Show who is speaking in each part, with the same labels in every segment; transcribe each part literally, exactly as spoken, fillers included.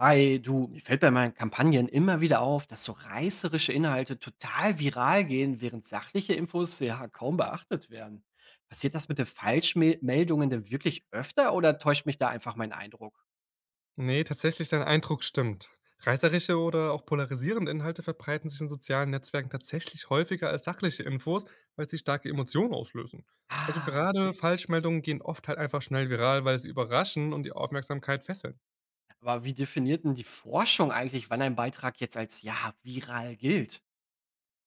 Speaker 1: Hi, du, mir fällt bei meinen Kampagnen immer wieder auf, dass so reißerische Inhalte total viral gehen, während sachliche Infos ja kaum beachtet werden. Passiert das mit den Falschmeldungen denn wirklich öfter oder täuscht mich da einfach mein Eindruck?
Speaker 2: Ne, tatsächlich, dein Eindruck stimmt. Reißerische oder auch polarisierende Inhalte verbreiten sich in sozialen Netzwerken tatsächlich häufiger als sachliche Infos, weil sie starke Emotionen auslösen. Also
Speaker 1: Ah,
Speaker 2: gerade
Speaker 1: okay.
Speaker 2: Falschmeldungen gehen oft halt einfach schnell viral, weil sie überraschen und die Aufmerksamkeit fesseln.
Speaker 1: Aber wie definiert denn die Forschung eigentlich, wann ein Beitrag jetzt als ja viral gilt?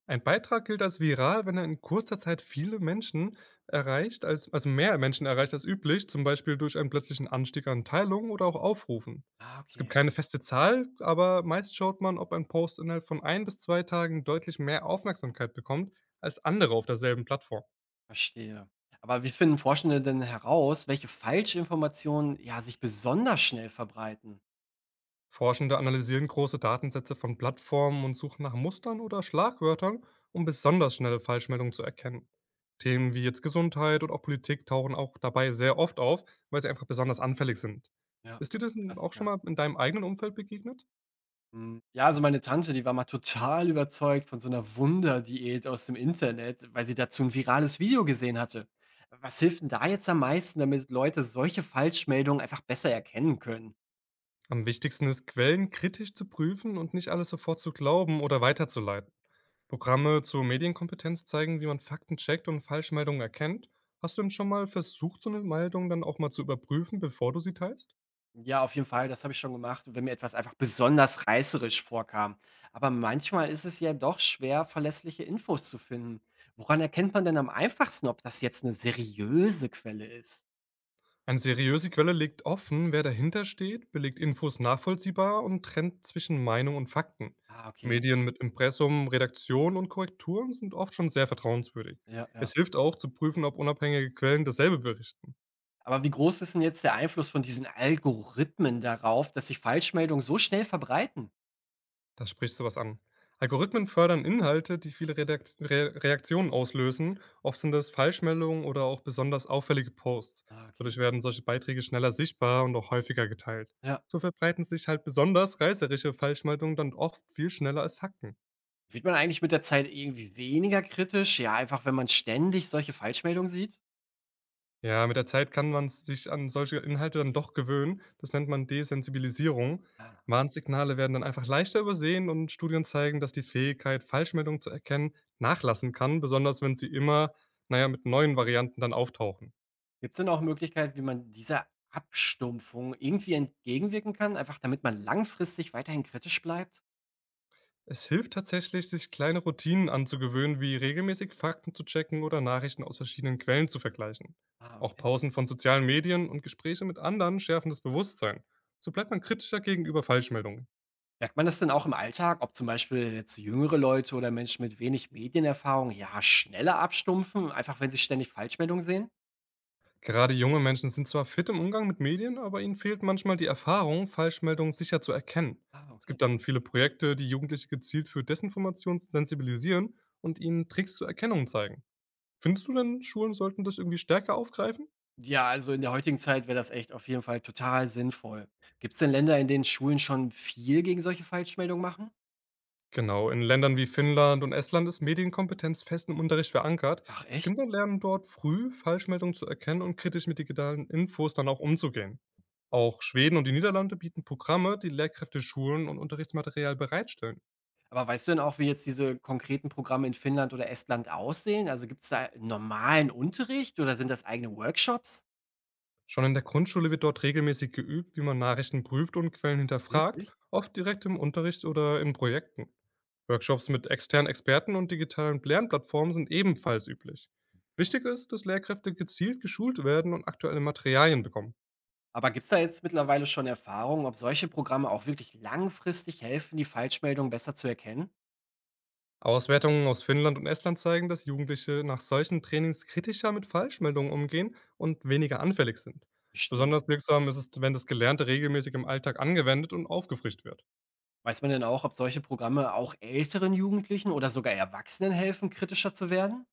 Speaker 2: Ein Beitrag gilt als viral, wenn er in kurzer Zeit viele Menschen erreicht, als, also mehr Menschen erreicht als üblich, zum Beispiel durch einen plötzlichen Anstieg an Teilungen oder auch Aufrufen.
Speaker 1: Ah,
Speaker 2: Es gibt
Speaker 1: okay,
Speaker 2: keine feste Zahl, aber meist schaut man, ob ein Post innerhalb von ein bis zwei Tagen deutlich mehr Aufmerksamkeit bekommt als andere auf derselben Plattform.
Speaker 1: verstehe. Aber wie finden Forschende denn heraus, welche Falschinformationen ja sich besonders schnell verbreiten?
Speaker 2: Forschende analysieren große Datensätze von Plattformen und suchen nach Mustern oder Schlagwörtern, um besonders schnelle Falschmeldungen zu erkennen. Themen wie jetzt Gesundheit und auch Politik tauchen auch dabei sehr oft auf, weil sie einfach besonders anfällig sind.
Speaker 1: Ja,
Speaker 2: Ist dir das denn auch schon
Speaker 1: Klassiker.
Speaker 2: mal in deinem eigenen Umfeld begegnet?
Speaker 1: Hm, ja, also meine Tante, die war mal total überzeugt von so einer Wunderdiät aus dem Internet, weil sie dazu ein virales Video gesehen hatte. Was hilft 'n da jetzt am meisten, damit Leute solche Falschmeldungen einfach besser erkennen können?
Speaker 2: Am wichtigsten ist, Quellen kritisch zu prüfen und nicht alles sofort zu glauben oder weiterzuleiten. Programme zur Medienkompetenz zeigen, wie man Fakten checkt und Falschmeldungen erkennt. Hast du denn schon mal versucht, so eine Meldung dann auch mal zu überprüfen, bevor du sie teilst?
Speaker 1: Ja, auf jeden Fall, das habe ich schon gemacht, wenn mir etwas einfach besonders reißerisch vorkam. Aber manchmal ist es ja doch schwer, verlässliche Infos zu finden. Woran erkennt man denn am einfachsten, ob das jetzt eine seriöse Quelle ist?
Speaker 2: Eine seriöse Quelle legt offen, wer dahinter steht, belegt Infos nachvollziehbar und trennt zwischen Meinung und Fakten.
Speaker 1: Ah, okay.
Speaker 2: Medien mit Impressum, Redaktion und Korrekturen sind oft schon sehr vertrauenswürdig.
Speaker 1: Ja, ja.
Speaker 2: Es hilft auch zu prüfen, ob unabhängige Quellen dasselbe berichten.
Speaker 1: Aber wie groß ist denn jetzt der Einfluss von diesen Algorithmen darauf, dass sich Falschmeldungen so schnell verbreiten?
Speaker 2: Da sprichst du was an. Algorithmen fördern Inhalte, die viele Redakt Re Reaktionen auslösen. Oft sind das Falschmeldungen oder auch besonders auffällige Posts.
Speaker 1: Ah, okay.
Speaker 2: Dadurch werden solche Beiträge schneller sichtbar und auch häufiger geteilt.
Speaker 1: Ja.
Speaker 2: So verbreiten sich halt besonders reißerische Falschmeldungen dann oft viel schneller als Fakten.
Speaker 1: Wird man eigentlich mit der Zeit irgendwie weniger kritisch? Ja, einfach wenn man ständig solche Falschmeldungen sieht?
Speaker 2: Ja, mit der Zeit kann man sich an solche Inhalte dann doch gewöhnen. Das nennt man Desensibilisierung.
Speaker 1: Ah.
Speaker 2: Warnsignale werden dann einfach leichter übersehen und Studien zeigen, dass die Fähigkeit, Falschmeldungen zu erkennen, nachlassen kann, besonders wenn sie immer, naja, mit neuen Varianten dann auftauchen.
Speaker 1: Gibt es denn auch Möglichkeiten, wie man dieser Abstumpfung irgendwie entgegenwirken kann, einfach damit man langfristig weiterhin kritisch bleibt?
Speaker 2: Es hilft tatsächlich, sich kleine Routinen anzugewöhnen, wie regelmäßig Fakten zu checken oder Nachrichten aus verschiedenen Quellen zu vergleichen.
Speaker 1: Ah,
Speaker 2: Auch
Speaker 1: okay.
Speaker 2: Pausen von sozialen Medien und Gespräche mit anderen schärfen das Bewusstsein. So bleibt man kritischer gegenüber Falschmeldungen.
Speaker 1: Merkt man das denn auch im Alltag, ob zum Beispiel jetzt jüngere Leute oder Menschen mit wenig Medienerfahrung ja schneller abstumpfen, einfach wenn sie ständig Falschmeldungen sehen?
Speaker 2: Gerade junge Menschen sind zwar fit im Umgang mit Medien, aber ihnen fehlt manchmal die Erfahrung, Falschmeldungen sicher zu erkennen.
Speaker 1: Ah,
Speaker 2: Es
Speaker 1: okay.
Speaker 2: gibt dann viele Projekte, die Jugendliche gezielt für Desinformation sensibilisieren und ihnen Tricks zur Erkennung zeigen. Findest du denn, Schulen sollten das irgendwie stärker aufgreifen?
Speaker 1: Ja, also in der heutigen Zeit wäre das echt auf jeden Fall total sinnvoll. Gibt es denn Länder, in denen Schulen schon viel gegen solche Falschmeldungen machen?
Speaker 2: Genau, in Ländern wie Finnland und Estland ist Medienkompetenz fest im Unterricht verankert.
Speaker 1: Ach echt?
Speaker 2: Kinder lernen dort früh, Falschmeldungen zu erkennen und kritisch mit digitalen Infos dann auch umzugehen. Auch Schweden und die Niederlande bieten Programme, die Lehrkräfte, Schulen und Unterrichtsmaterial bereitstellen.
Speaker 1: Aber weißt du denn auch, wie jetzt diese konkreten Programme in Finnland oder Estland aussehen? Also gibt es da normalen Unterricht oder sind das eigene Workshops?
Speaker 2: Schon in der Grundschule wird dort regelmäßig geübt, wie man Nachrichten prüft und Quellen hinterfragt,
Speaker 1: Wirklich?
Speaker 2: oft direkt im Unterricht oder in Projekten. Workshops mit externen Experten und digitalen Lernplattformen sind ebenfalls üblich.
Speaker 1: Ja.
Speaker 2: Wichtig ist, dass Lehrkräfte gezielt geschult werden und aktuelle Materialien bekommen.
Speaker 1: Aber gibt es da jetzt mittlerweile schon Erfahrungen, ob solche Programme auch wirklich langfristig helfen, die Falschmeldung besser zu erkennen?
Speaker 2: Auswertungen aus Finnland und Estland zeigen, dass Jugendliche nach solchen Trainings kritischer mit Falschmeldungen umgehen und weniger anfällig sind.
Speaker 1: Verstehe.
Speaker 2: Besonders wirksam ist es, wenn das Gelernte regelmäßig im Alltag angewendet und aufgefrischt wird.
Speaker 1: Weiß man denn auch, ob solche Programme auch älteren Jugendlichen oder sogar Erwachsenen helfen, kritischer zu werden?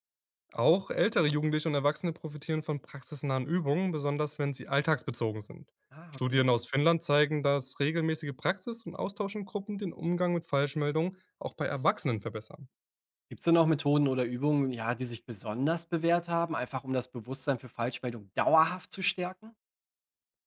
Speaker 2: Auch ältere Jugendliche und Erwachsene profitieren von praxisnahen Übungen, besonders wenn sie alltagsbezogen sind.
Speaker 1: Ah, okay.
Speaker 2: Studien aus Finnland zeigen, dass regelmäßige Praxis und Austausch in Gruppen den Umgang mit Falschmeldungen auch bei Erwachsenen verbessern.
Speaker 1: Gibt es denn auch Methoden oder Übungen, ja, die sich besonders bewährt haben, einfach um das Bewusstsein für Falschmeldung dauerhaft zu stärken?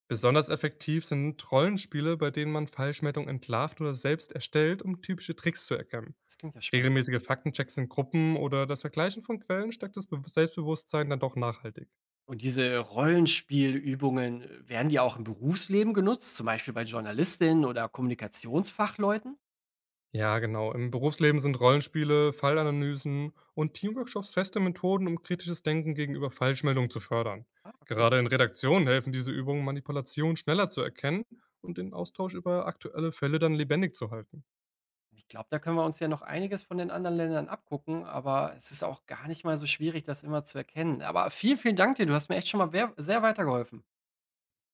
Speaker 2: Besonders effektiv sind Rollenspiele, bei denen man Falschmeldungen entlarvt oder selbst erstellt, um typische Tricks zu erkennen.
Speaker 1: Das klingt ja spannend.
Speaker 2: Regelmäßige Faktenchecks in Gruppen oder das Vergleichen von Quellen stärkt das Be- Selbstbewusstsein dann doch nachhaltig.
Speaker 1: Und diese Rollenspielübungen, äh, werden die auch im Berufsleben genutzt, zum Beispiel bei Journalistinnen oder Kommunikationsfachleuten?
Speaker 2: Ja, genau. Im Berufsleben sind Rollenspiele, Fallanalysen und Teamworkshops feste Methoden, um kritisches Denken gegenüber Falschmeldungen zu fördern.
Speaker 1: Ah, okay.
Speaker 2: Gerade in Redaktionen helfen diese Übungen, Manipulation schneller zu erkennen und den Austausch über aktuelle Fälle dann lebendig zu halten.
Speaker 1: Ich glaube, da können wir uns ja noch einiges von den anderen Ländern abgucken, aber es ist auch gar nicht mal so schwierig, das immer zu erkennen. Aber vielen, vielen Dank dir. Du hast mir echt schon mal wer- sehr weitergeholfen.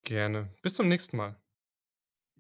Speaker 2: Gerne. Bis zum nächsten Mal.